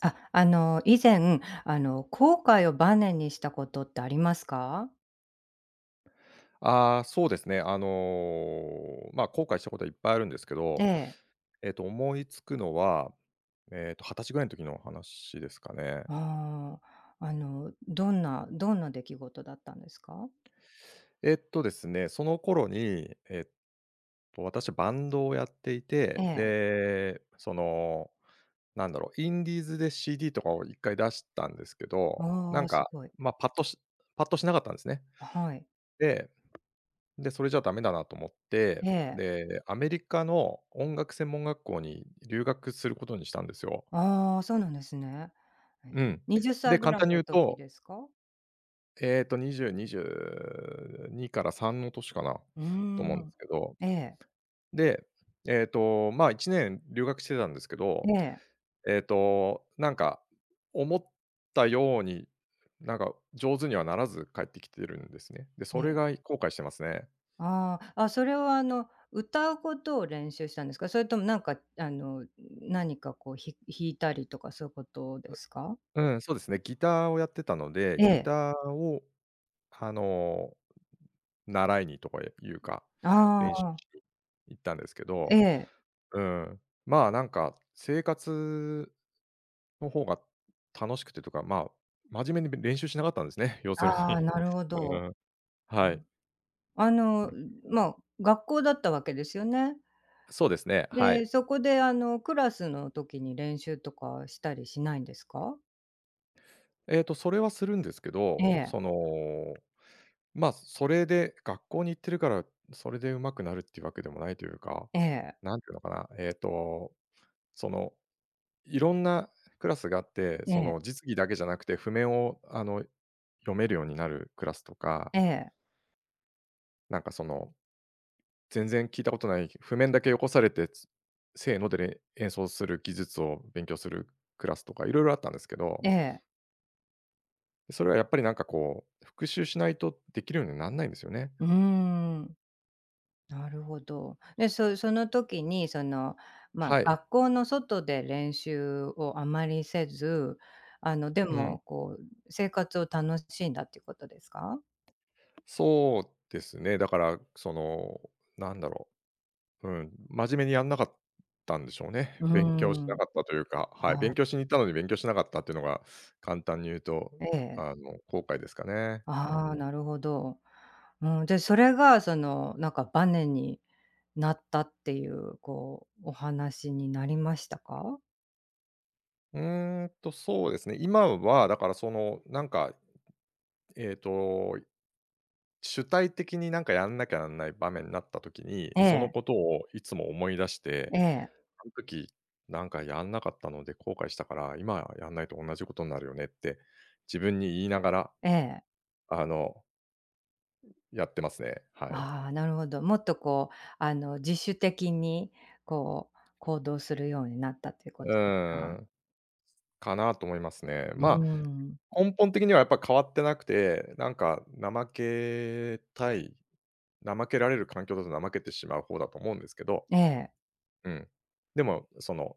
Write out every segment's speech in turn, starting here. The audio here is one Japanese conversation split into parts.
あ、以前、後悔をバネにしたことってありますか？ああ、そうですね。まあ、後悔したことはいっぱいあるんですけえど、え。思いつくのは、20歳ぐらいの時の話ですかね。ああ、あの、どんな出来事だったんですか？えっとですね、その頃に、私バンドをやっていえて、え。で、なんだろう、インディーズで CD とかを一回出したんですけど、なあんあ、すか、ごい。まあ、パッとしなかったんですね。はい。でで、それじゃダメだなと思って、ええ。で、アメリカの音楽専門学校に留学することにしたんですよ。ああ、そうなんですね。え、うん。20で、歳ぐ簡らい単にの言う時と、ですか？20、2から3の年かなうーと思うんでん。すけど、ええ、で、まあ、1年留学してたんですけど、ええ、なんか思ったように、なんか上手にはならず帰ってきてるんですね。で、えそれえ。が後悔してますね。ああ、あ、それは歌うことを練習したんですか？それともなんか、何かこう、弾いたりとかそういうことですか？うん、そうですね。ギターをやってたので、えギえ。ターをあの、習いにとかいうか、あ練習しあ、に行ったんですけえど、え。うん、まあ、なんか生活の方が楽しくてとか、まあ、真面目に練習しなかったんですね、要するああ、に。なるほ うど。ん、はい。あうの、ん、ま、あ、学校だったわけですよね。そうですね、はい。で、そこで、クラスの時に練習とかしたりしないんですか？それはするんですけえど、え、その、まあ、それで学校に行ってるから、それで上手くなるっていうわけでもないというか、ええ、なんていうのかな、そのいろんなクラスがあって、えそえ、の実技だけじゃなくて譜面を読めるようになるクラスとか、ええ、なんかその、全然聞いたことない譜面だけよこされて、せーので演奏する技術を勉強するクラスとか、いろいろあったんですけえど、え。それはやっぱりなんかこう、復習しないとできるようになんないんですよね。うーん、なるほど。で、その時に、その、ま、はあ、い。学校の外で練習をあまりせず、でうん。も、こう、生活を楽しんだっていうことですか？そうですね。だから、その、なんだろう。うん、真面目にやんなかったんでしょうね。うー勉強しなん、かったというか、はい、な勉強しに行ったのに勉強しなかったっていうのが、簡単に言うと、ええ。後悔ですかね。うああ、ん。なるほど。うん、でそれがその、なんかバネになったっていう、こう、お話になりましたか？うーんと、そうですね、今はだからその、なんか、えっと、主体的になんかやんなきゃなんない場面になった時に、えそのえ、ことをいつも思い出しえて、え、あの時、なんかやんなかったので後悔したから、今やんないと同じことになるよねって、自分に言いながら、ええ。あの、やってますね。はい。ああ、なるほど。もっとこう、自主的にこう、行動するようになったというこうーとですか？ん、かなと思いますね。うーまん。あ、根本的にはやっぱ変わってなくて、なんか怠けたい、怠けられる環境だと怠けてしまう方だと思うんですけど、ええ、うん。でも、その、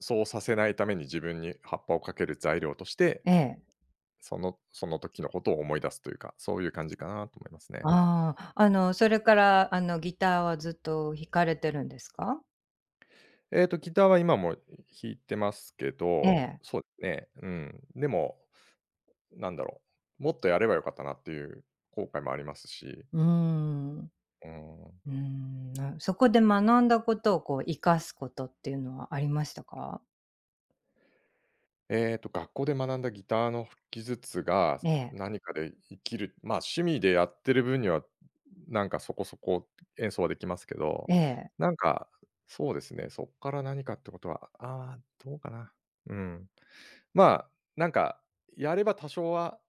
そうさせないために自分に葉っぱをかける材料として、ええ。その時のことを思い出すというか、そういう感じかなと思いますね。ああ、それから、ギターはずっと弾かれてるんですか？ギターは今も弾いてますけえど、え。そうですね、うん。でも、なんだろう、もっとやればよかったなっていう後悔もありますしうーん。うん。うーん、そこで学んだことをこう生かすことっていうのはありましたか？学校で学んだギターの技術が、ええ、何かで生きる、まあ、趣味でやってる分には、なんかそこそこ演奏はできますけど、ええ。なんか、そうですね、そっから何かってことは、ああ、どうかな。うん。まあ、なんか、やれば多少は、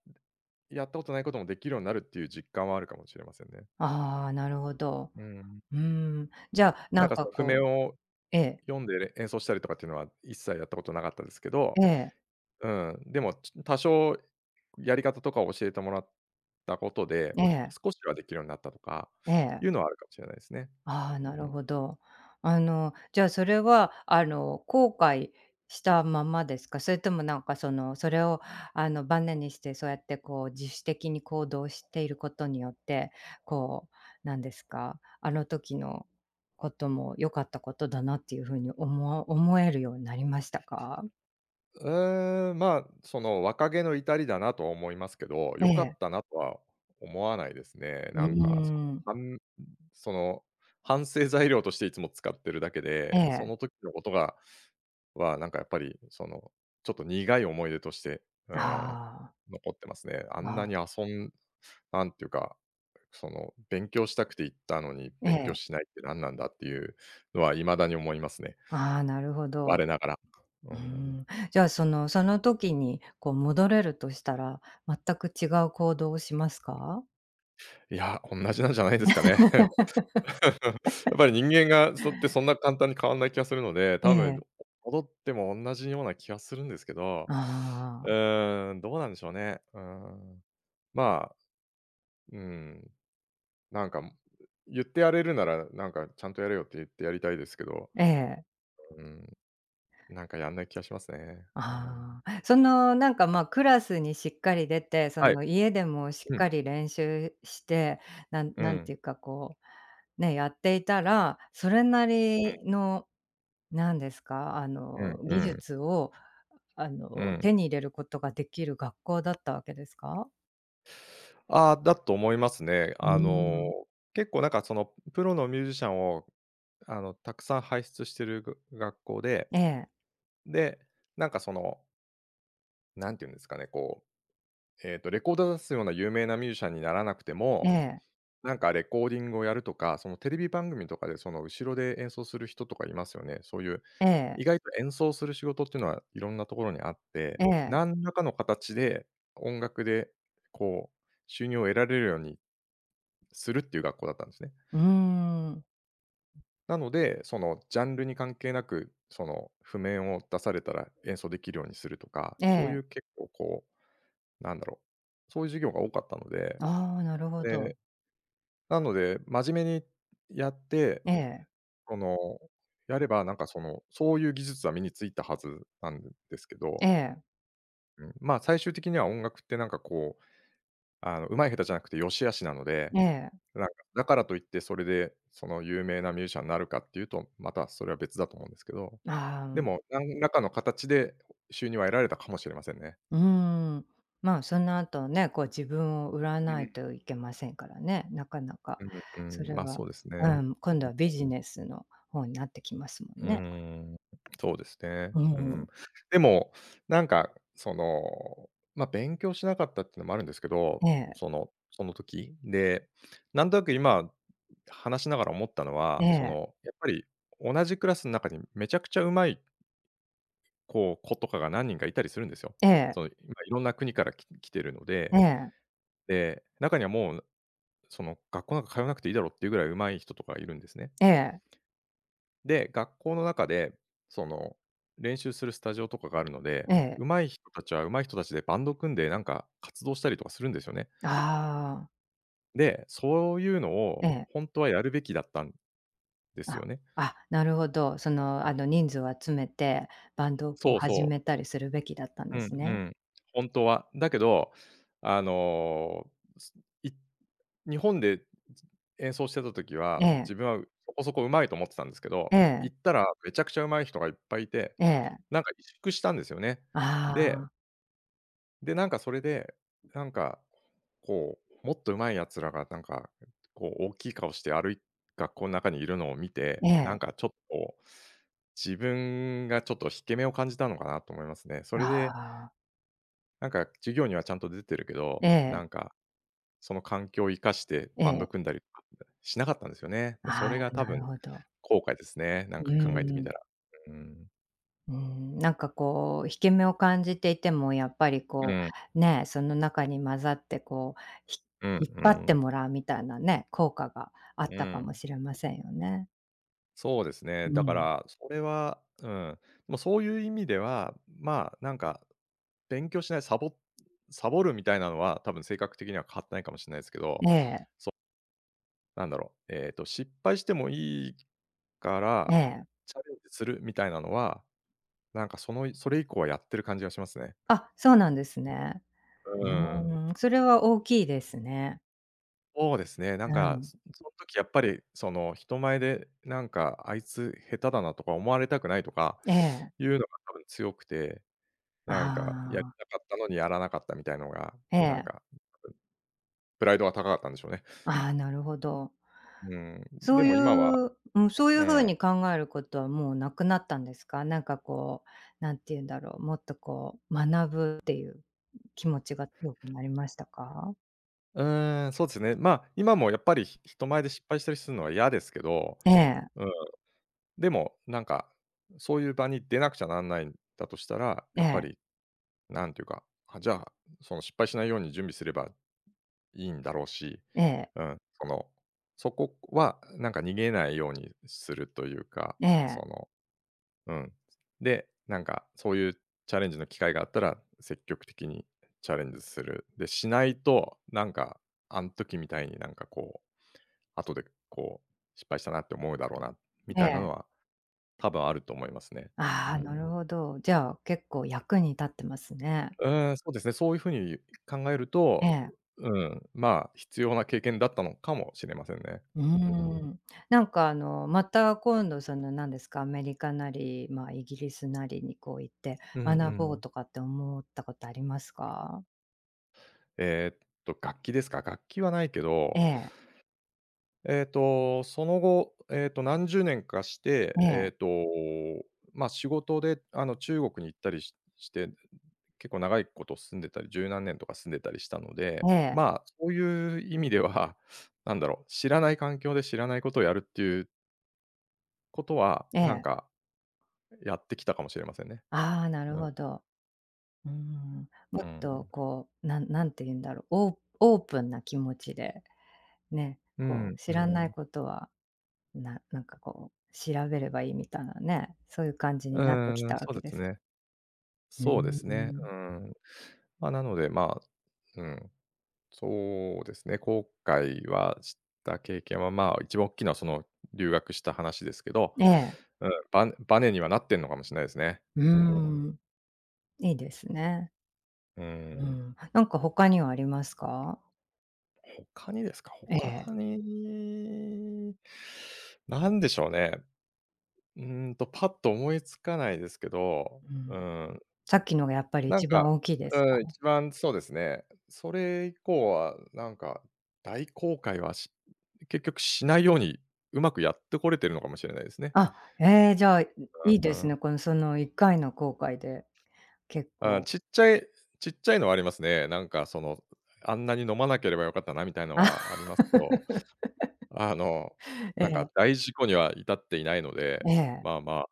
やったことないこともできるようになるっていう実感はあるかもしれませんね。ああ、なるほど。うん。うーん。じゃあ、ななんんかそかの譜面こう、をええ、読んで演奏したりとかっていうのは、一切やったことなかったですけど、ええ、うん、でも、多少やり方とかを教えてもらったことで、ええ、少しはできるようになったとかええ。いうのはあるかもしれないですね。ああ、なうるん。ほど。じゃあそれは、後悔したままですか？それともなんかその、それをバネにして、そうやってこう自主的に行動していることによって、こう、なんですか、あの時のことも良かったことだなっていう風に思えるようになりましたか？うーん、まあ、その若気の至りだなとは思いますけど、え良かえ。ったなとは思わないですね。うーなんか、そん。の、反その、反省材料としていつも使ってるだけえで、そえ。の時のことがは、なんかやっぱり、その、ちょっと苦い思い出として、うん、ああ。残ってますね。あんあなにあ。遊んなんていうか、その、勉強したくて行ったのに、え勉強え。しないって何なんだっていうのは未だに思いますね。ああ、なるほど。我ながら。ううーん。ん。じゃあ、その時にこう戻れるとしたら、全く違う行動をしますか？いや、おんなじなんじゃないですかね。やっぱり人間がそってそんな簡単に変わんない気がするので、え多分え。戻っても同じような気がするんですけど、あうあ、ーん、どうなんでしょうね。うーん。まあ、うん、なんか、言ってやれるなら、なんかちゃんとやれよって言ってやりたいですけど、ええ。うん、なんかやんない気がしますね。うん。ああ。そのなんか、ま、クラスにしっかり出て、そはい。の家でもしっうん、かり練習して、なんうなんてん、いうかこう、ね、やっていたら、それなりうのなんですか、ん、う技ん、術をうん。手に入れることができる学校だったわけですか？ああ、だと思いますね。うーん。結構なんかそのプロのミュージシャンをたくさん輩出してる学校で、ええ、で、なんかその、なんていうんですかね、こう、レコード出すような有名なミュージシャンにならなくてえもえ、なんかレコーディングをやるとか、そのテレビ番組とかでその後ろで演奏する人とかいますよね。そういうえ意え。外と演奏する仕事っていうのはいろんなところにあって、ええ、何らかの形で音楽でこう収入を得られるようにするっていう学校だったんですね。うーん、なので、そのジャンルに関係なく、その譜面を出されたら演奏できるようにするとか、えそういえ、う結構こう、なんだろう、そういう授業が多かったので、ああ、なるほど。で、なので真面目にやって、ええ、その、やれば、なんかその、そういう技術は身についたはずなんですけえど、え、うん、まあ、最終的には音楽ってなんかこう、上手い下手じゃなくて良し悪しなのえで、え、なんか、だからといってそれで、その有名なミュージシャンになるかっていうと、またそれは別だと思うんですけど、あであ、も、何らかの形で収入は得られたかもしれませんね。うーん、まあ、その後ね、こう自分を売らうないん。といけませんからね、なかなか、うんそうん、れまあ、は、そうですね。ううんん、今度はビジネスの方になってきますもうんーね。ん、そうですね。ううん。ん、でも、なんか、その、まあ、勉強しなかったっていうのもあるんですけど、ええ、その時。で、なんとなく今話しながら思ったのえは、そえ、の、やっぱり同じクラスの中にめちゃくちゃ上手い子とかが何人かいたりするんですよ。えそえ、の、いまいろんな国から来てるのえで、え、で、中にはもう、その、学校なんか通わなくていいだろうっていうぐらい上手い人とかいるんですね。ええ、で、学校の中で、その、練習するスタジオとかがあるので、ええ、上手い人たちは上手い人たちでバンド組んで、なんか活動したりとかするんですよね。ああ、で、そういうのえをえ、ほんとはやるべきだったんですよあ、ね。あ、なるほど、その、人数を集めて、バンドをこうそう始そう。めたりするべきだったんでうんすうね。ん。ほんとは。だけど、あの、すい日本で演奏してた時えは、自え、分はそこそこ上手いと思ってたんですけえど、え、行ったらめちゃくちゃ上手い人がいっぱいいて、ええ、なんか萎縮したんですよね。あであ、なんかそれで、なんか、こう、もっと上手い奴らがなんか、こう大きい顔して学校の中にいるのを見て、えなんえ、かちょっとこう、自分がちょっと引け目を感じたのかなと思いますね。そあれで、あ、なんか授業にはちゃんと出てるけえど、なえ、んかその環境を生かしてえバンドえ、組んだりとかしなかったんですよね。で、そあれがあ、多な分るほど。後悔ですね、なうんか考えてーみたん、ら。うん。うーん、なんかこう、引け目を感じていても、やっぱりうこん、う、ね、その中に混ざってこう、ひうん引っう張ってん、もらうみたいなね、効果があっうたかもん。しれませんよね。そうですね。うだかん。ら、それは、うん。でもうそういう意味では、まあ、なんか、勉強しない、サボサボるみたいなのは、多分性格的には変わってないかもしれないですけど、ええ、なんだろう、失敗してもいいかえら、え。チャレンジするみたいなのは、なんかそれ以降はやってる感じがしますね。あ、そうなんですね。ううん。ーん、それは大きいですね。そうですね。なうんか、ん、その時やっぱり、その、人前で、なんか、あいつ下手だなとか思われたくないとかええ、いうのが多分強くて、あなんか、やりあ、たかったのにやらなかったみたいのが、えなんえ。か、プライドが高かったんでしょうね。ああ、なるほど。うん。そでういも今はう、うん、そういうう風ん。に考えることはもうなくなったんですか？なんかこう、なんて言うんだろう、もっとこう学ぶっていう気持ちが強くなりましたか？うーん、そうですね。まあ、今もやっぱり、人前で失敗したりするのは嫌ですけど、ええ、うん、でも、なんか、そういう場に出なくちゃなんないんだとしたら、えやっぱえ、り、なんていうか、あ、じゃあ、その失敗しないように準備すればいいんだろうし、ええ、うん、その、そこはなんか逃げないようにするというか、えそえ、の、うん。で、なんかそういうチャレンジの機会があったら、積極的にチャレンジする。で、しないと、なんか、あん時みたいになんかこう、後でこう、失敗したなって思うだろうな、みえたいなえ。のは多分あると思いますね。うああ、なん。るほど。じゃあ、結構役に立ってますね。うーん、そうですね、そういう風に考えるえと、え。うん、まあ、必要な経験だったのかもしれませんね。うーうん。ん。なんかまた今度その、何ですか、アメリカなり、まあ、イギリスなりにこう行ってうんう学ぼうん。とかって思ったことありますか？えーっ楽器ですか？楽器はないけえどえ、その後、何十年かして、ええ、まあ、仕事で、あの、中国に行ったりして、結構長いこと住んでたり、十何年とか住んでたりしたので、ええ、まあ、そういう意味では、なんだろう、知らない環境で知らないことをやるっていうことは、えなんえ。か、やってきたかもしれませんね。ああ、なるうん。ほど。うーん。もうっん、とこう、なんて言うんだろう、オープンな気持ちで、ね、うこう知らないん。ことは、なんかこう調べればいいみたいなね、そういう感じうになってきーん、たわそうけでですす。ね。うーそうですね。ん。うん。まあ、なので、まあ、うん。そうですね、後悔はした経験は、まあ、一番大きなその留学した話ですけど、ええ、うん、バネバネにはなってんのかもしれないですね。ううん。ーん、いいですね。ううん。ん。なんか他にはありますか？他にですか、ええ、他に、なんでしょうね。うーんと、パッと思いつかないですけど、うん。うん、さっきのがやっぱりなん一か、番大きいですうか？ん、一番そうですね、それ以降はなんか、大後悔はし結局しないように、うまくやってこれてるのかもしれないですね。あ、ええ、じゃあ、いいいうですん。ね。この、その1回の後悔で、結構ちっちゃいのはありますね。なんかその、あんなに飲まなければよかったなみたいのあ、はあり ますけど、あの、えなんかえ、大事故には至っていないので、ええ。まあま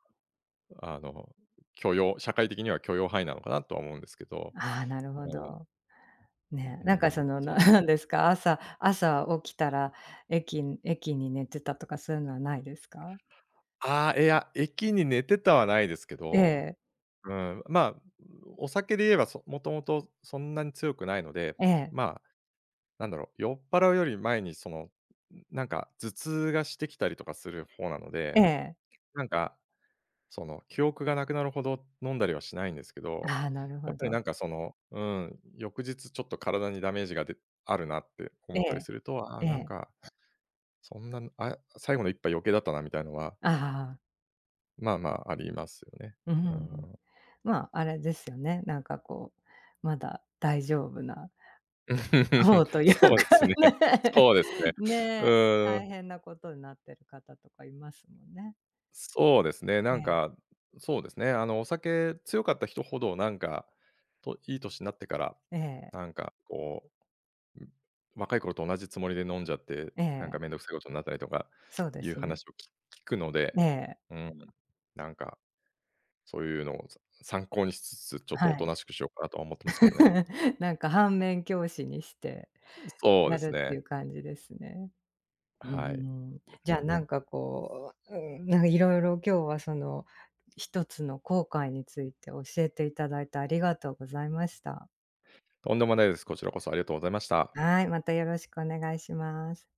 あ、あの、社会的には許容範囲なのかなとは思うんですけど。ああ、なるほうん、うど。ね、なんかん、その、そなうですなんね。ですか、朝起きたら、駅に寝てたとかそういうのはないですか？ああ、いや、駅に寝てたはないですけえど、え、うん、まあ、お酒で言えば、もともとそんなに強くないので、ええ、まなんだろう、酔っ払うより前にその、なんか頭痛がしてきたりとかする方なのえで、え。なんか、その、記憶がなくなるほど飲んだりはしないんですけど、ああ、なるやほっぱりなど。んかその、うん、翌日ちょっと体にダメージがあるなって思えったりえ、すると、ああ、えなんえ。か、そんな、あ、最後の一杯余計だったなみたいのは、ああ、まあまあありますよね。うんううんうん。ん。まあ、あれですよね、なんかこう、まだ大丈夫なそ うというそうでかすね。ね。そうですね。ね、大う、変なことになってる方とかいますもんね。そうですね、えなんえ、か、そうですね、あの、お酒強かった人ほど、なんか、いい年になってから、ええ、なんか、こう、ん、若い頃と同じつもりで飲んじゃって、えなんかえ、めんどくさいことになったりとかそうでいうすね。話を聞くのえで、え、うん、なんか、そういうのを参考にしつつ、ちょっとおはとい。なしくしようかなとは思ってますけどね。なんか反面教師にしてそうやでするっていね。う感じですね。うはい。ん。じうゃあなんん。かこう、うん、なんかいろいろ今日はその一つの後悔について教えていただいてありがとうございました。とんでもないです。こちらこそありがとうございました。はい、またよろしくお願いします。